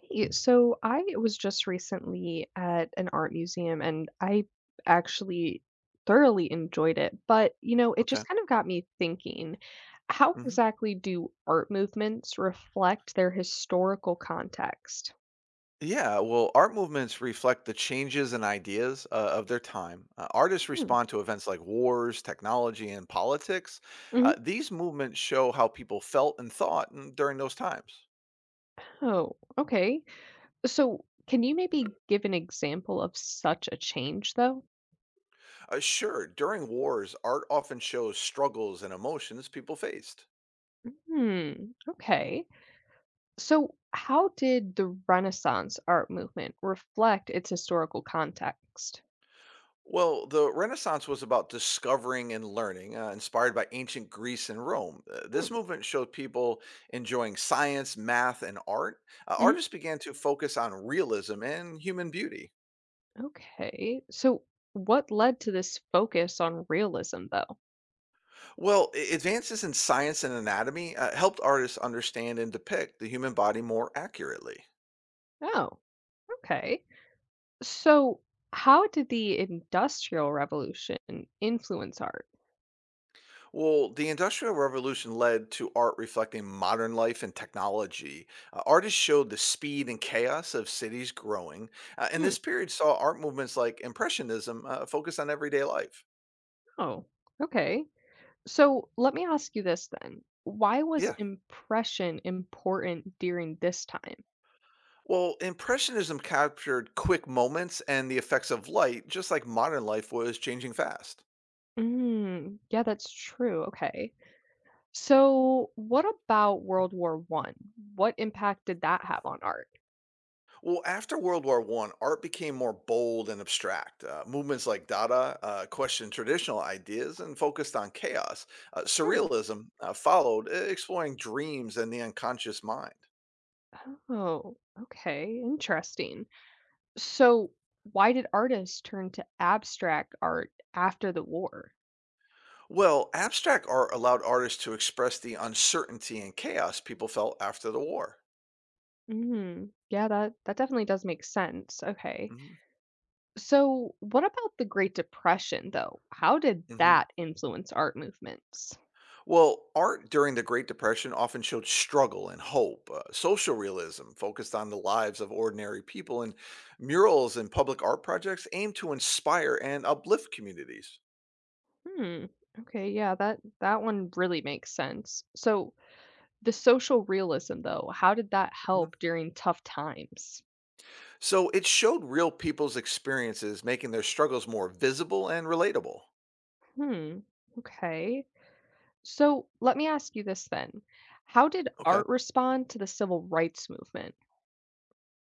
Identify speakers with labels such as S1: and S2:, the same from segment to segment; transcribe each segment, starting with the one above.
S1: Hey, so I was just recently at an art museum and I actually thoroughly enjoyed it. But, you know, it
S2: Okay.
S1: just kind of got me thinking, how
S2: Hmm.
S1: exactly do art movements reflect their historical context?
S2: Yeah. Well, art movements reflect the changes and ideas of their time. Artists
S1: Hmm.
S2: respond to events like wars, technology, and politics.
S1: Mhm.
S2: These movements show how people felt and thought during those times.
S1: Oh, okay. So can you maybe give an example of such a change, though?
S2: Sure, during wars, art often shows struggles and emotions people faced.
S1: Hmm. Okay. So how did the Renaissance art movement reflect its historical context?
S2: Well, the Renaissance was about discovering and learning, inspired by ancient Greece and Rome. This movement showed people enjoying science, math, and art.
S1: Mhm.
S2: Artists began to focus on realism and human beauty.
S1: Okay. So, what led to this focus on realism, though?
S2: Well, advances in science and anatomy helped artists understand and depict the human body more accurately.
S1: Oh, okay. So, how did the Industrial Revolution influence art?
S2: Well, the Industrial Revolution led to art reflecting modern life and technology. Artists showed the speed and chaos of cities growing, and
S1: Hmm.
S2: this period saw art movements like Impressionism focused on everyday life.
S1: Oh, okay. So, let me ask you this then. Why was
S2: Yeah.
S1: impression important during this time?
S2: Well, Impressionism captured quick moments and the effects of light, just like modern life was changing fast.
S1: Mm, yeah, that's true. Okay. So, what about World War One? What impact did that have on art?
S2: Well, after World War One, art became more bold and abstract. Movements like Dada questioned traditional ideas and focused on chaos.
S1: Hmm.
S2: Surrealism followed, exploring dreams and the unconscious mind.
S1: Oh, okay. Interesting. So, why did artists turn to abstract art after the war?
S2: Well, abstract art allowed artists to express the uncertainty and chaos people felt after the war.
S1: Hmm. Yeah, that definitely does make sense. Okay.
S2: Mhm.
S1: So, what about the Great Depression though? How did that influence art movements?
S2: Well, art during the Great Depression often showed struggle and hope. Social realism focused on the lives of ordinary people, and murals and public art projects aimed to inspire and uplift communities.
S1: Hmm. Okay, yeah, that one really makes sense. So, the social realism though, how did that
S2: Mhm.
S1: help during tough times?
S2: So it showed real people's experiences, making their struggles more visible and relatable.
S1: Hmm. Okay. So, let me ask you this then. How did
S2: Okay.
S1: art respond to the civil rights movement?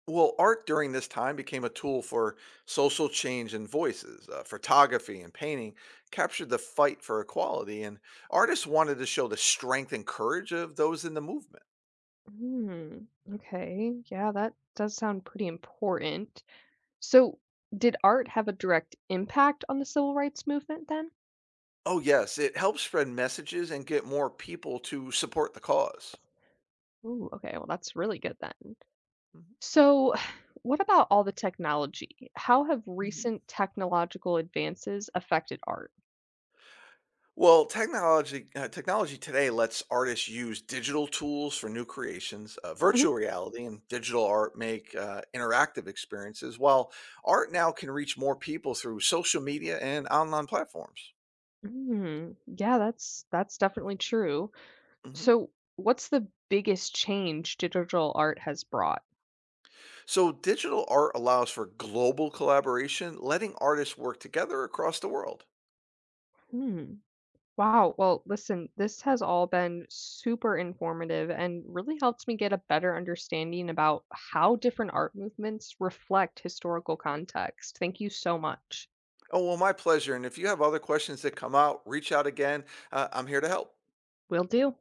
S2: Well, art during this time became a tool for social change and voices. Photography and painting captured the fight for equality, and artists wanted to show the strength and courage of those in the movement.
S1: Hmm. Okay. Yeah, that does sound pretty important. So, did art have a direct impact on the civil rights movement then?
S2: Oh, yes, it helps spread messages and get more people to support the cause.
S1: Ooh, okay. Well, that's really good then.
S2: Mhm.
S1: So, what about all the technology? How have
S2: Mhm.
S1: recent technological advances affected art?
S2: Well, technology today lets artists use digital tools for new creations.
S1: Mhm.
S2: Virtual reality and digital art make interactive experiences, while art now can reach more people through social media and online platforms.
S1: Mm, yeah, that's definitely true.
S2: Mhm.
S1: So, what's the biggest change digital art has brought?
S2: So, digital art allows for global collaboration, letting artists work together across the world.
S1: Hmm. Wow. Well, listen, this has all been super informative and really helps me get a better understanding about how different art movements reflect historical context. Thank you so much.
S2: Oh, well, my pleasure. And if you have other questions that come out, reach out again. I'm here to help.
S1: Will do.